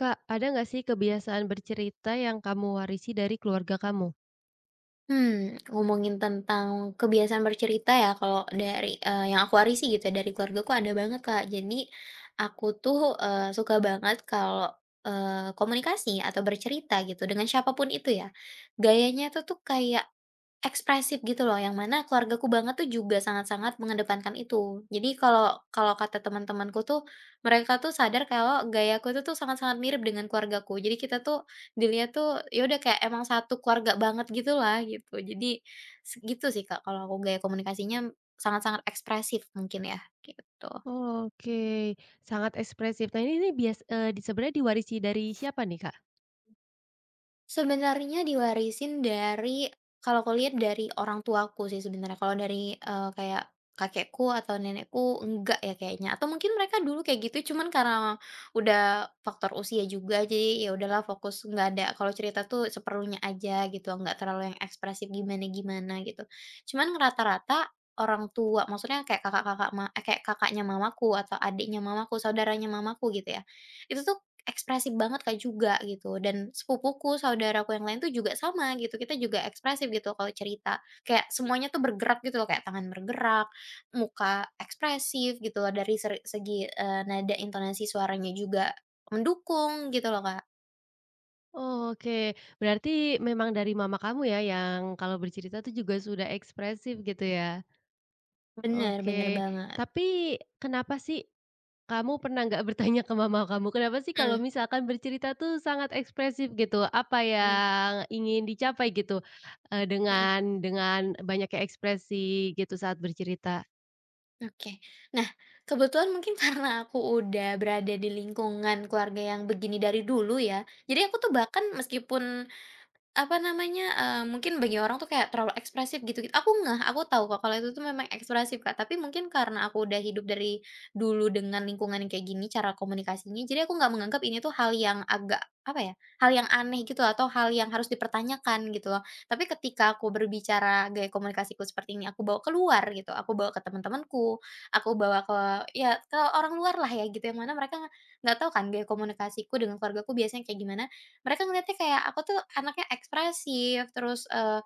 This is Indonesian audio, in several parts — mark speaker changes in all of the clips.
Speaker 1: Kak, ada nggak sih kebiasaan bercerita yang kamu warisi dari keluarga kamu?
Speaker 2: Ngomongin tentang kebiasaan bercerita ya kalau dari, yang aku warisi gitu ya dari keluargaku ada banget, Kak. Jadi aku tuh, suka banget kalau, komunikasi atau bercerita gitu dengan siapapun itu ya, gayanya itu tuh kayak ekspresif gitu loh yang mana keluargaku banget tuh juga sangat-sangat mengedepankan itu. Jadi kalau kalau kata teman-temanku tuh mereka tuh sadar kalau gayaku itu tuh sangat-sangat mirip dengan keluargaku. Jadi kita tuh dilihat tuh, ya udah kayak emang satu keluarga banget gitulah, gitu. Jadi, segitu sih Kak, kalau aku gaya komunikasinya sangat-sangat ekspresif mungkin ya, gitu.
Speaker 1: Oke, sangat ekspresif. Nah, ini bias di sebenarnya diwarisi dari siapa nih, Kak?
Speaker 2: Sebenarnya diwarisin dari kalau aku lihat dari orang tuaku sih sebenarnya, kalau dari, kayak kakekku atau nenekku enggak ya kayaknya, atau mungkin mereka dulu kayak gitu cuman karena udah faktor usia juga jadi ya udahlah fokus nggak ada kalau cerita tuh seperlunya aja gitu, nggak terlalu yang ekspresif gimana-gimana gitu. Cuman rata-rata orang tua maksudnya kayak kakak-kakak kayak kakaknya mamaku atau adiknya mamaku, saudaranya mamaku gitu ya, itu tuh ekspresif banget Kak, juga gitu dan sepupuku, saudaraku yang lain tuh juga sama gitu, kita juga ekspresif gitu kalau cerita. Kayak semuanya tuh bergerak gitu loh, kayak tangan bergerak, muka ekspresif gitu loh dari segi, nada intonasi suaranya juga mendukung gitu loh Kak.
Speaker 1: Oke, berarti memang dari mama kamu ya yang kalau bercerita tuh juga sudah ekspresif gitu ya?
Speaker 2: Bener bener
Speaker 1: Oke,
Speaker 2: banget.
Speaker 1: tapi kenapa sih kamu pernah nggak bertanya ke mama kamu, kenapa sih kalau
Speaker 2: Mhm,
Speaker 1: misalkan bercerita tuh sangat ekspresif gitu? Apa
Speaker 2: mhm,
Speaker 1: yang ingin dicapai gitu,
Speaker 2: mhm,
Speaker 1: dengan banyaknya ekspresi gitu saat bercerita?
Speaker 2: oke. Nah, kebetulan mungkin karena aku udah berada di lingkungan keluarga yang begini dari dulu ya, jadi aku tuh bahkan meskipun apa namanya, mungkin bagi orang tuh kayak terlalu ekspresif gitu-gitu. Aku ngeh, aku tahu kok kalau itu tuh memang ekspresif Kak, tapi mungkin karena aku udah hidup dari dulu dengan lingkungan yang kayak gini, cara komunikasinya, jadi aku nggak menganggap ini tuh hal yang agak, apa ya, hal yang aneh gitu atau hal yang harus dipertanyakan gitu loh. Tapi ketika aku berbicara gaya komunikasiku seperti ini, aku bawa keluar gitu, aku bawa ke teman-temanku, aku bawa ke ya ke orang luar lah ya gitu, yang mana mereka nggak tahu kan gaya komunikasiku dengan keluargaku biasanya kayak gimana. Mereka ngeliatnya kayak aku tuh anaknya ekspresif, terus,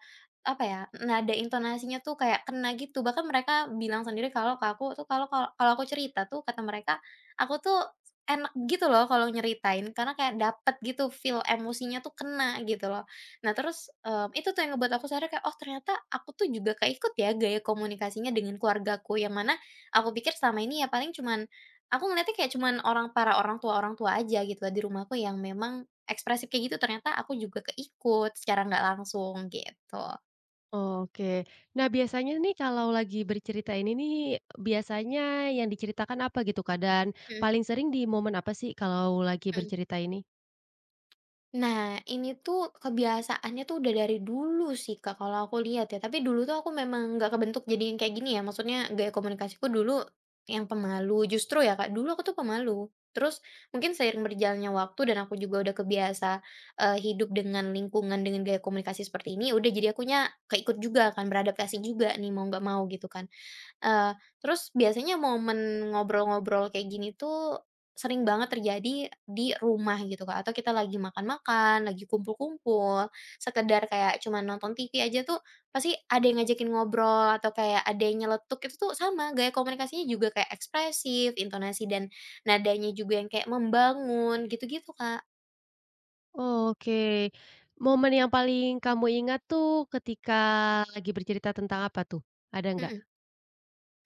Speaker 2: apa ya, nada intonasinya tuh kayak kena gitu. Bahkan mereka bilang sendiri kalau ke aku tuh kalau kalau kalau aku cerita tuh kata mereka, aku tuh enak gitu loh kalau nyeritain karena kayak dapet gitu feel emosinya tuh kena gitu loh. Nah terus, itu tuh yang ngebuat aku sadar kayak, "Oh ternyata aku tuh juga keikut ya gaya komunikasinya dengan keluargaku." Yang mana aku pikir selama ini ya paling cuman aku ngeliatnya kayak cuman para orang tua-orang tua aja gitu lah di rumahku yang memang ekspresif kayak gitu ternyata aku juga keikut secara nggak langsung gitu.
Speaker 1: Oke. Nah, biasanya nih kalau lagi bercerita ini nih, biasanya yang diceritakan apa gitu, Kak? Dan
Speaker 2: Mhm,
Speaker 1: paling sering di momen apa sih kalau lagi
Speaker 2: mhm.
Speaker 1: bercerita ini?
Speaker 2: Nah, ini tuh kebiasaannya tuh udah dari dulu sih, Kak, kalau aku lihat ya. Tapi dulu tuh aku memang nggak kebentuk jadi yang kayak gini ya, maksudnya gaya komunikasiku dulu yang pemalu, justru ya, Kak, dulu aku tuh pemalu. Terus mungkin seiring berjalannya waktu dan aku juga udah kebiasa, hidup dengan lingkungan, dengan gaya komunikasi seperti ini, udah jadi akunya keikut juga kan, beradaptasi juga nih, mau nggak mau gitu kan. Terus biasanya momen ngobrol-ngobrol kayak gini tuh sering banget terjadi di rumah gitu, Kak, atau kita lagi makan-makan, lagi kumpul-kumpul, sekedar kayak cuman nonton TV aja tuh pasti ada yang ngajakin ngobrol atau kayak ada yang nyeletuk, itu tuh sama gaya komunikasinya juga kayak ekspresif, intonasi dan nadanya juga yang kayak membangun gitu-gitu, Kak.
Speaker 1: Oke. Momen yang paling kamu ingat tuh ketika lagi bercerita tentang apa tuh? Ada nggak?
Speaker 2: Mhm.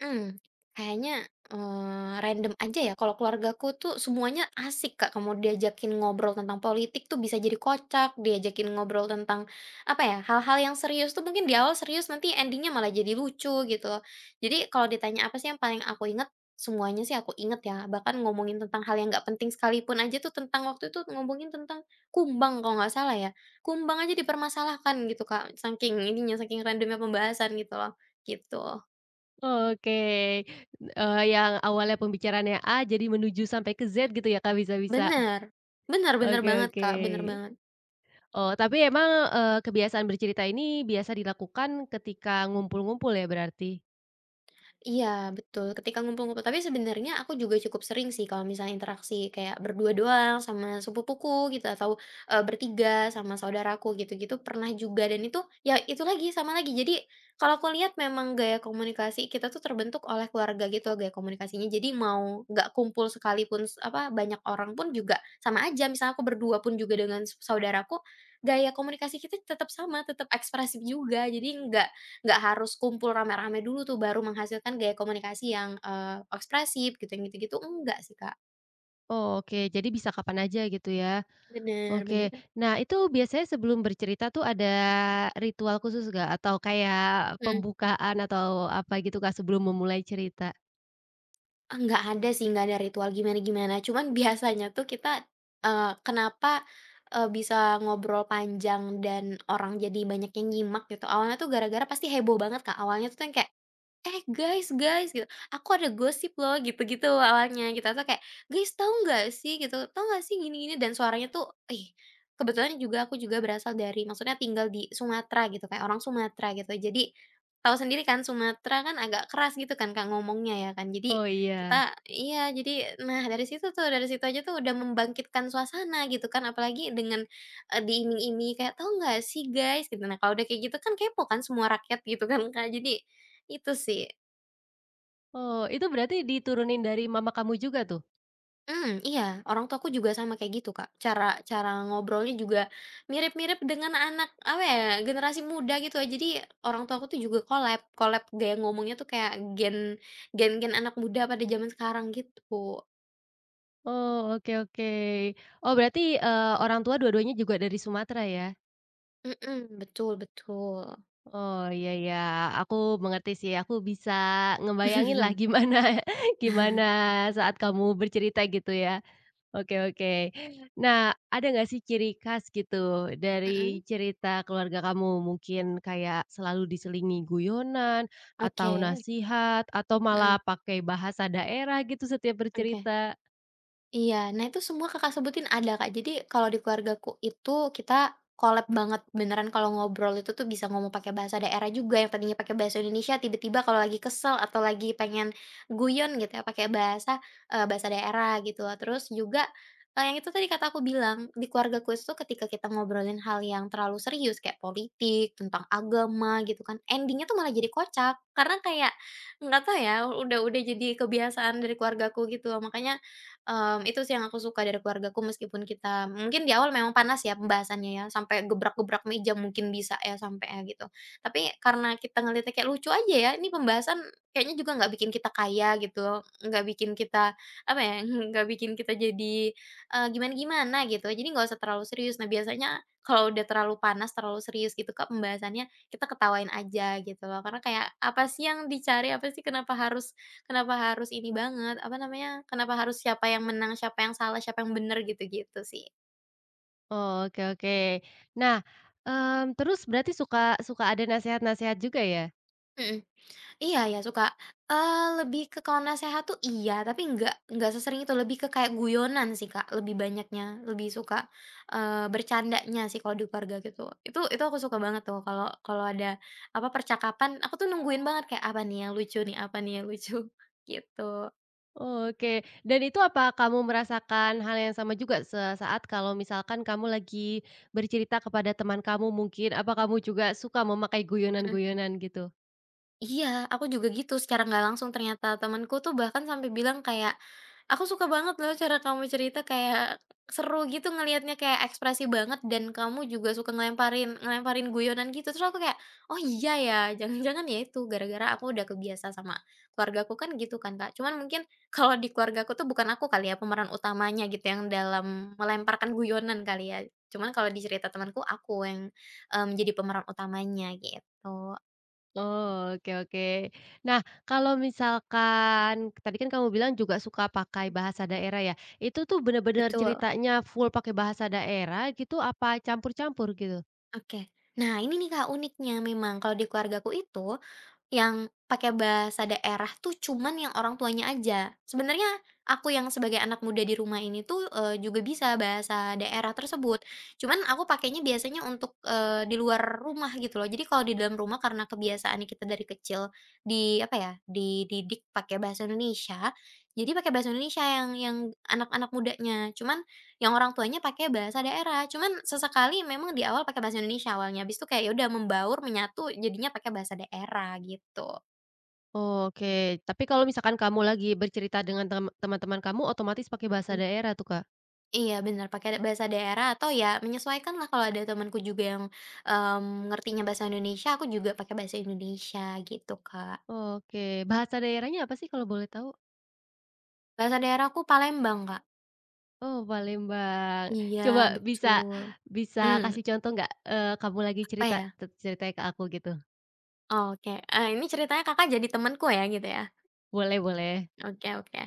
Speaker 2: hmm Kayaknya, random aja ya, kalau keluargaku tuh semuanya asik, Kak, kamu diajakin ngobrol tentang politik tuh bisa jadi kocak, diajakin ngobrol tentang, apa ya, hal-hal yang serius tuh mungkin di awal serius, nanti endingnya malah jadi lucu gitu loh. Jadi kalau ditanya apa sih yang paling aku inget, semuanya sih aku inget ya, bahkan ngomongin tentang hal yang nggak penting sekalipun aja tuh tentang waktu itu ngomongin tentang kumbang kalau nggak salah ya, kumbang aja dipermasalahkan gitu, Kak, saking ininya, saking randomnya pembahasan gitu loh, gitu.
Speaker 1: Oke, yang awalnya pembicaraannya A, jadi menuju sampai ke Z gitu ya, Kak, bisa-bisa.
Speaker 2: Bener, bener bener
Speaker 1: Oke,
Speaker 2: banget,
Speaker 1: oke.
Speaker 2: Kak, bener banget.
Speaker 1: Oh, tapi emang, kebiasaan bercerita ini biasa dilakukan ketika ngumpul-ngumpul ya berarti?
Speaker 2: Iya betul, ketika ngumpul-ngumpul. Tapi sebenarnya aku juga cukup sering sih kalau misalnya interaksi kayak berdua doang sama sepupuku gitu atau, bertiga sama saudaraku gitu-gitu pernah juga dan itu ya itu lagi sama lagi. Jadi kalau aku lihat memang gaya komunikasi kita tuh terbentuk oleh keluarga gitu loh, gaya komunikasinya. Jadi mau nggak kumpul sekalipun banyak orang pun juga sama aja. Misalnya aku berdua pun juga dengan saudaraku, gaya komunikasi kita tetap sama, tetap ekspresif juga. Jadi nggak harus kumpul rame-rame dulu tuh baru menghasilkan gaya komunikasi yang, ekspresif gitu yang gitu-gitu enggak sih, Kak.
Speaker 1: Oh, oke, jadi bisa kapan aja gitu ya.
Speaker 2: Bener
Speaker 1: Oke,
Speaker 2: bener,
Speaker 1: nah itu biasanya sebelum bercerita tuh ada ritual khusus gak atau kayak
Speaker 2: mhm.
Speaker 1: pembukaan atau apa gitu, Kak, sebelum memulai cerita?
Speaker 2: Enggak ada sih, nggak ada ritual gimana-gimana, cuman biasanya tuh kita, kenapa, bisa ngobrol panjang dan orang jadi banyak yang nyimak gitu, awalnya tuh gara-gara pasti heboh banget, Kak, awalnya tuh yang kayak, "Eh, guys guys," gitu, "aku ada gosip loh," gitu-gitu awalnya gitu, atau kayak, "Guys tahu nggak sih," gitu, "tahu nggak sih gini gini," dan suaranya tuh eh kebetulan juga aku juga berasal dari maksudnya tinggal di Sumatera gitu, kayak orang Sumatera gitu. Jadi, tahu sendiri kan Sumatera kan agak keras gitu kan Kak ngomongnya ya kan. Jadi,
Speaker 1: Oh iya.
Speaker 2: kita iya jadi nah dari situ tuh, dari situ aja tuh udah membangkitkan suasana gitu kan, apalagi dengan, diiming-imingi kayak, "Tahu nggak sih guys," gitu. Nah kalau udah kayak gitu kan kepo kan semua rakyat gitu kan Kak, jadi itu sih.
Speaker 1: Oh, itu berarti diturunin dari mama kamu juga tuh?
Speaker 2: Iya, orang tuaku juga sama kayak gitu, Kak. Cara cara ngobrolnya juga mirip-mirip dengan anak, apa ya, generasi muda gitu ya. Jadi orang tuaku tuh juga collab collab gaya ngomongnya tuh kayak gen gen-gen anak muda pada zaman sekarang gitu.
Speaker 1: Oh, oke oke. Oh, berarti, orang tua dua-duanya juga dari Sumatera ya?
Speaker 2: Mhm, betul betul.
Speaker 1: Oh, iya iya, aku mengerti sih, aku bisa ngebayangin lah gimana gimana saat kamu bercerita gitu ya. Oke, oke. Nah, ada nggak sih ciri khas gitu
Speaker 2: Mhm,
Speaker 1: dari cerita keluarga kamu? Mungkin kayak selalu diselingi guyonan, atau
Speaker 2: oke.
Speaker 1: nasihat, atau malah
Speaker 2: Mhm,
Speaker 1: pakai bahasa daerah gitu setiap
Speaker 2: oke.
Speaker 1: bercerita?
Speaker 2: Iya, nah itu semua Kakak sebutin ada, Kak. Jadi kalau di keluargaku itu kita collab banget, beneran kalau ngobrol itu tuh bisa ngomong pakai bahasa daerah juga, yang tadinya pakai bahasa Indonesia tiba-tiba kalau lagi kesel atau lagi pengen guyon gitu ya pakai bahasa daerah gitu. Terus juga, yang itu tadi kata aku bilang, di keluargaku itu ketika kita ngobrolin hal yang terlalu serius kayak politik, tentang agama gitu kan, endingnya tuh malah jadi kocak. Karena kayak nggak tahu ya, udah jadi kebiasaan dari keluargaku gitu makanya itu sih yang aku suka dari keluargaku meskipun kita mungkin di awal memang panas ya pembahasannya ya, sampai gebrak-gebrak meja mungkin bisa ya sampai ya gitu. Tapi karena kita ngeliatnya kayak lucu aja ya, ini pembahasan kayaknya juga nggak bikin kita kaya gitu, nggak bikin kita, apa ya, nggak bikin kita jadi, gimana-gimana gitu, jadi nggak usah terlalu serius. Nah biasanya kalau udah terlalu panas, terlalu serius gitu Kak pembahasannya, kita ketawain aja gitu loh. Karena kayak apa sih yang dicari, apa sih kenapa harus ini banget, apa namanya, kenapa harus siapa yang menang, siapa yang salah, siapa yang bener gitu-gitu sih.
Speaker 1: Oh, oke oke. Nah, terus berarti suka suka ada nasehat-nasehat juga ya?
Speaker 2: Mhm. Iya ya suka, lebih ke kalau nasehat tuh iya, tapi nggak sesering itu, lebih ke kayak guyonan sih, Kak, lebih banyaknya, lebih suka, bercandanya sih kalau di keluarga gitu. Itu aku suka banget tuh kalau kalau ada, apa, percakapan, aku tuh nungguin banget kayak, "Apa nih yang lucu nih apa nih yang lucu?" Gitu.
Speaker 1: Oke, dan itu apa kamu merasakan hal yang sama juga sesaat kalau misalkan kamu lagi bercerita kepada teman kamu mungkin, apa kamu juga suka memakai
Speaker 2: Mhm.
Speaker 1: guyonan-guyonan gitu?
Speaker 2: Iya, aku juga gitu secara nggak langsung ternyata temanku tuh bahkan sampai bilang kayak, "Aku suka banget loh cara kamu cerita kayak seru gitu ngelihatnya kayak ekspresi banget dan kamu juga suka ngelemparin ngelemparin guyonan gitu." Terus aku kayak, "Oh iya ya, jangan-jangan ya itu gara-gara aku udah kebiasa sama keluargaku kan gitu kan Kak." Cuman mungkin kalau di keluargaku tuh bukan aku kali ya pemeran utamanya gitu yang dalam melemparkan guyonan kali ya. Cuman kalau di cerita temanku aku yang, menjadi pemeran utamanya gitu.
Speaker 1: Oh, oke oke. Nah, kalau misalkan tadi kan kamu bilang juga suka pakai bahasa daerah ya, itu tuh bener-bener
Speaker 2: Betul.
Speaker 1: ceritanya full pakai bahasa daerah gitu, apa campur-campur gitu?
Speaker 2: Oke. Nah, ini nih Kak uniknya memang kalau di keluargaku itu yang pakai bahasa daerah tuh cuman yang orang tuanya aja. Sebenarnya aku yang sebagai anak muda di rumah ini tuh juga bisa bahasa daerah tersebut. Cuman aku pakainya biasanya untuk, di luar rumah gitu loh. Jadi kalau di dalam rumah karena kebiasaan kita dari kecil di apa ya, dididik pakai bahasa Indonesia, jadi pakai bahasa Indonesia yang anak-anak mudanya. Cuman yang orang tuanya pakai bahasa daerah, cuman sesekali memang di awal pakai bahasa Indonesia awalnya, habis itu kayak ya udah membaur, menyatu, jadinya pakai bahasa daerah gitu.
Speaker 1: Oke, tapi kalau misalkan kamu lagi bercerita dengan tem teman-teman kamu otomatis pakai bahasa
Speaker 2: Mmm,
Speaker 1: daerah tuh, Kak?
Speaker 2: iya bener, pakai bahasa daerah atau ya menyesuaikan lah kalau ada temanku juga yang, ngertinya bahasa Indonesia, aku juga pakai bahasa Indonesia gitu, Kak.
Speaker 1: Oke, bahasa daerahnya apa sih kalau boleh tahu?
Speaker 2: Bahasa daerahku Palembang, Kak.
Speaker 1: Oh, Palembang.
Speaker 2: Iya
Speaker 1: Coba bisa
Speaker 2: betul.
Speaker 1: bisa
Speaker 2: Hmm
Speaker 1: kasih contoh nggak, kamu lagi
Speaker 2: Apa
Speaker 1: cerita
Speaker 2: ya?
Speaker 1: te ceritain ke aku gitu?
Speaker 2: Oh, oke, ini ceritanya Kakak jadi temanku ya gitu ya?
Speaker 1: Boleh boleh.
Speaker 2: Oke oke.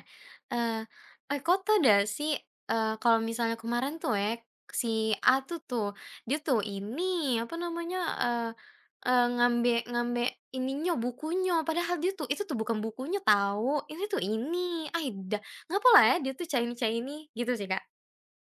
Speaker 2: Eee, kau tau nggak sih, kalau misalnya kemarin tuh ya, si A tuh tuh, dia tuh ini, apa namanya, eee eee, ngambe ngambe ininya, bukunya, padahal dia tuh itu tuh bukan bukunya tahu, ini tuh ini, aida ngapalah ya dia tuh caini-caini, gitu sih, Kak.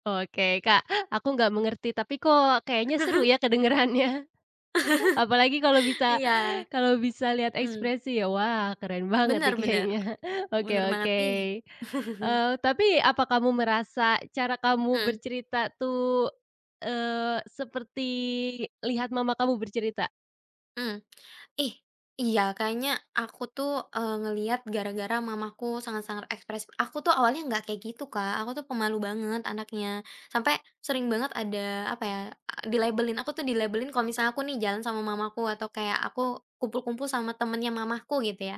Speaker 1: Oke, Kak, aku nggak mengerti tapi kok kayaknya seru ya kedengerannya. Apalagi
Speaker 2: Iya,
Speaker 1: kalau bisa lihat
Speaker 2: mhm,
Speaker 1: ekspresi ya, wah keren banget
Speaker 2: bener
Speaker 1: nih
Speaker 2: bener,
Speaker 1: kayaknya. Oke
Speaker 2: bener banget,
Speaker 1: oke.
Speaker 2: ih.
Speaker 1: Tapi apa kamu merasa cara kamu
Speaker 2: Mhm.
Speaker 1: bercerita tuh, seperti lihat mama kamu bercerita?
Speaker 2: Hmm. Ih, iya kayaknya aku tuh, ngelihat gara-gara mamaku sangat-sangat ekspresif. Aku tuh awalnya nggak kayak gitu, Kak, aku tuh pemalu banget anaknya, sampai sering banget ada, apa ya, dilabelin aku tuh dilabelin kalau misalnya aku nih jalan sama mamaku atau kayak aku kumpul-kumpul sama temennya mamaku gitu ya.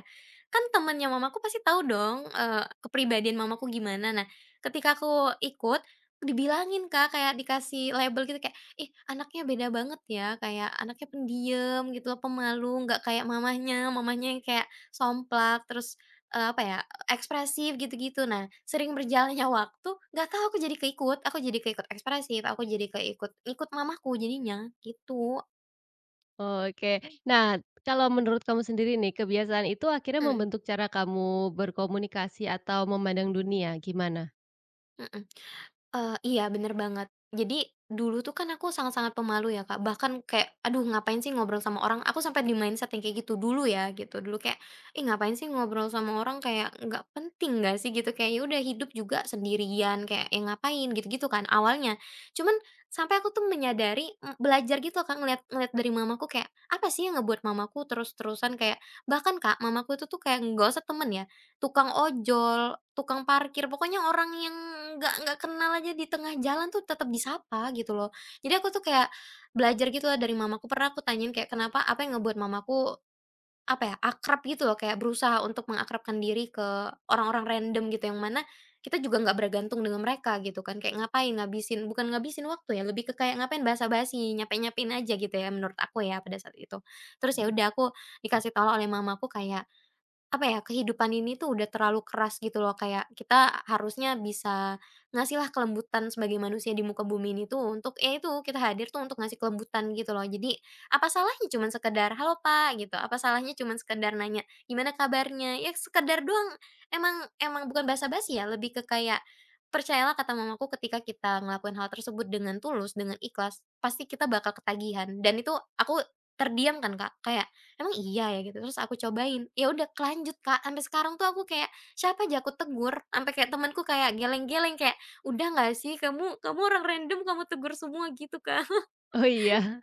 Speaker 2: Kan temennya mamaku pasti tahu dong, kepribadian mamaku gimana. Nah, ketika aku ikut, dibilangin, Kak, kayak dikasih label gitu kayak, "Ih, anaknya beda banget ya, kayak anaknya pendiam gitu loh, pemalu, nggak kayak mamahnya, mamahnya yang kayak somplak, terus, apa ya, ekspresif gitu-gitu." Nah, sering berjalannya waktu, nggak tahu aku jadi keikut ekspresif, aku jadi keikut ikut mamahku jadinya, gitu.
Speaker 1: Oke. Nah, kalau menurut kamu sendiri nih, kebiasaan itu akhirnya
Speaker 2: Mhm,
Speaker 1: membentuk cara kamu berkomunikasi atau memandang dunia, gimana?
Speaker 2: mhm. Iya bener banget. Jadi dulu tuh kan aku sangat-sangat pemalu ya Kak, bahkan kayak, "Aduh ngapain sih ngobrol sama orang?" Aku sampai di mindset yang kayak gitu dulu ya gitu, dulu kayak, "Ih ngapain sih ngobrol sama orang, kayak nggak penting nggak sih?" Gitu, kayak, "Ya udah hidup juga sendirian, kayak ya ngapain?" Gitu-gitu kan awalnya. Cuman sampai aku tuh menyadari, belajar gitu Kak, ngelihat ngelihat dari mamaku kayak, apa sih yang ngebuat mamaku terus-terusan kayak bahkan Kak, mamaku itu tuh kayak nggak usah temen ya. Tukang ojol, tukang parkir, pokoknya orang yang nggak kenal aja di tengah jalan tuh tetap disapa gitu loh. Jadi aku tuh kayak belajar gitu lah dari mamaku, pernah aku tanyain kayak kenapa apa yang ngebuat mamaku, apa ya, akrab gitu loh, kayak berusaha untuk mengakrabkan diri ke orang-orang random gitu, yang mana kita juga nggak bergantung dengan mereka gitu kan, kayak ngapain ngabisin bukan ngabisin waktu ya, lebih ke kayak ngapain basa-basi, nyape-nyapein aja gitu ya menurut aku ya pada saat itu. Terus ya udah aku dikasih tahu oleh mamaku kayak apa ya, kehidupan ini tuh udah terlalu keras gitu loh, kayak kita harusnya bisa ngasihlah kelembutan sebagai manusia di muka bumi ini tuh untuk ya itu, kita hadir tuh untuk ngasih kelembutan gitu loh. Jadi, apa salahnya cuman sekedar, "Halo, Pak," gitu, apa salahnya cuman sekedar nanya, "Gimana kabarnya?" Ya sekedar doang. Emang emang bukan basa-basi ya, lebih ke kayak, percayalah kata mamaku ketika kita ngelakuin hal tersebut dengan tulus, dengan ikhlas, pasti kita bakal ketagihan dan itu aku terdiam kan, Kak, kayak emang iya ya gitu, terus aku cobain, ya udah kelanjut, Kak, sampai sekarang tuh aku kayak siapa aja aku tegur, sampai kayak temanku kayak geleng-geleng kayak, "Udah nggak sih kamu kamu orang random kamu tegur semua," gitu, Kak.
Speaker 1: Oh, iya.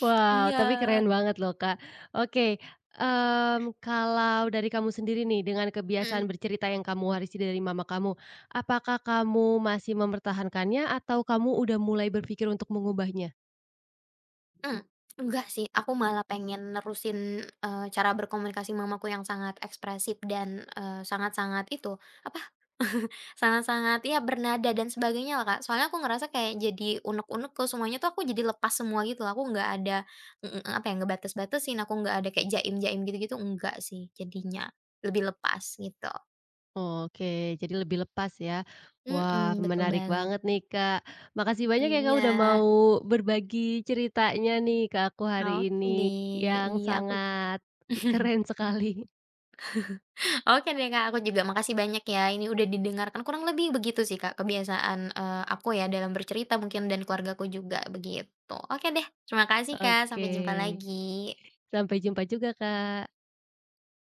Speaker 1: Wow, tapi
Speaker 2: Iya.
Speaker 1: keren banget loh, Kak. Oke, kalau dari kamu sendiri nih, dengan
Speaker 2: Mhm.
Speaker 1: kebiasaan bercerita yang kamu warisi dari mama kamu, apakah kamu masih mempertahankannya atau kamu udah mulai berpikir untuk mengubahnya?
Speaker 2: Mmm, enggak sih, aku malah pengen nerusin, cara berkomunikasi mamaku yang sangat ekspresif dan, sangat-sangat itu, apa, sangat-sangat ya bernada dan sebagainya lah, Kak. Soalnya aku ngerasa kayak jadi unek-unek ke semuanya tuh aku jadi lepas semua gitu loh, aku nggak ada, mhm, apa ya, ngebatas-batasin, aku nggak ada kayak jaim-jaim gitu-gitu, enggak sih jadinya, lebih lepas gitu.
Speaker 1: Oke, jadi lebih lepas ya. Wah,
Speaker 2: Mhm, betul
Speaker 1: menarik
Speaker 2: banget.
Speaker 1: banget nih, Kak. Makasih banyak ya, Kak,
Speaker 2: Iya,
Speaker 1: udah mau berbagi ceritanya nih ke aku hari
Speaker 2: oke
Speaker 1: ini,
Speaker 2: deh,
Speaker 1: yang
Speaker 2: iya aku.
Speaker 1: sangat keren sekali.
Speaker 2: Oke deh Kak, aku juga makasih banyak ya, ini udah didengarkan, kurang lebih begitu sih Kak kebiasaan, aku ya dalam bercerita mungkin dan keluargaku juga begitu. Oke deh, terima kasih Kak, sampai
Speaker 1: Oke,
Speaker 2: jumpa lagi.
Speaker 1: sampai jumpa juga, Kak.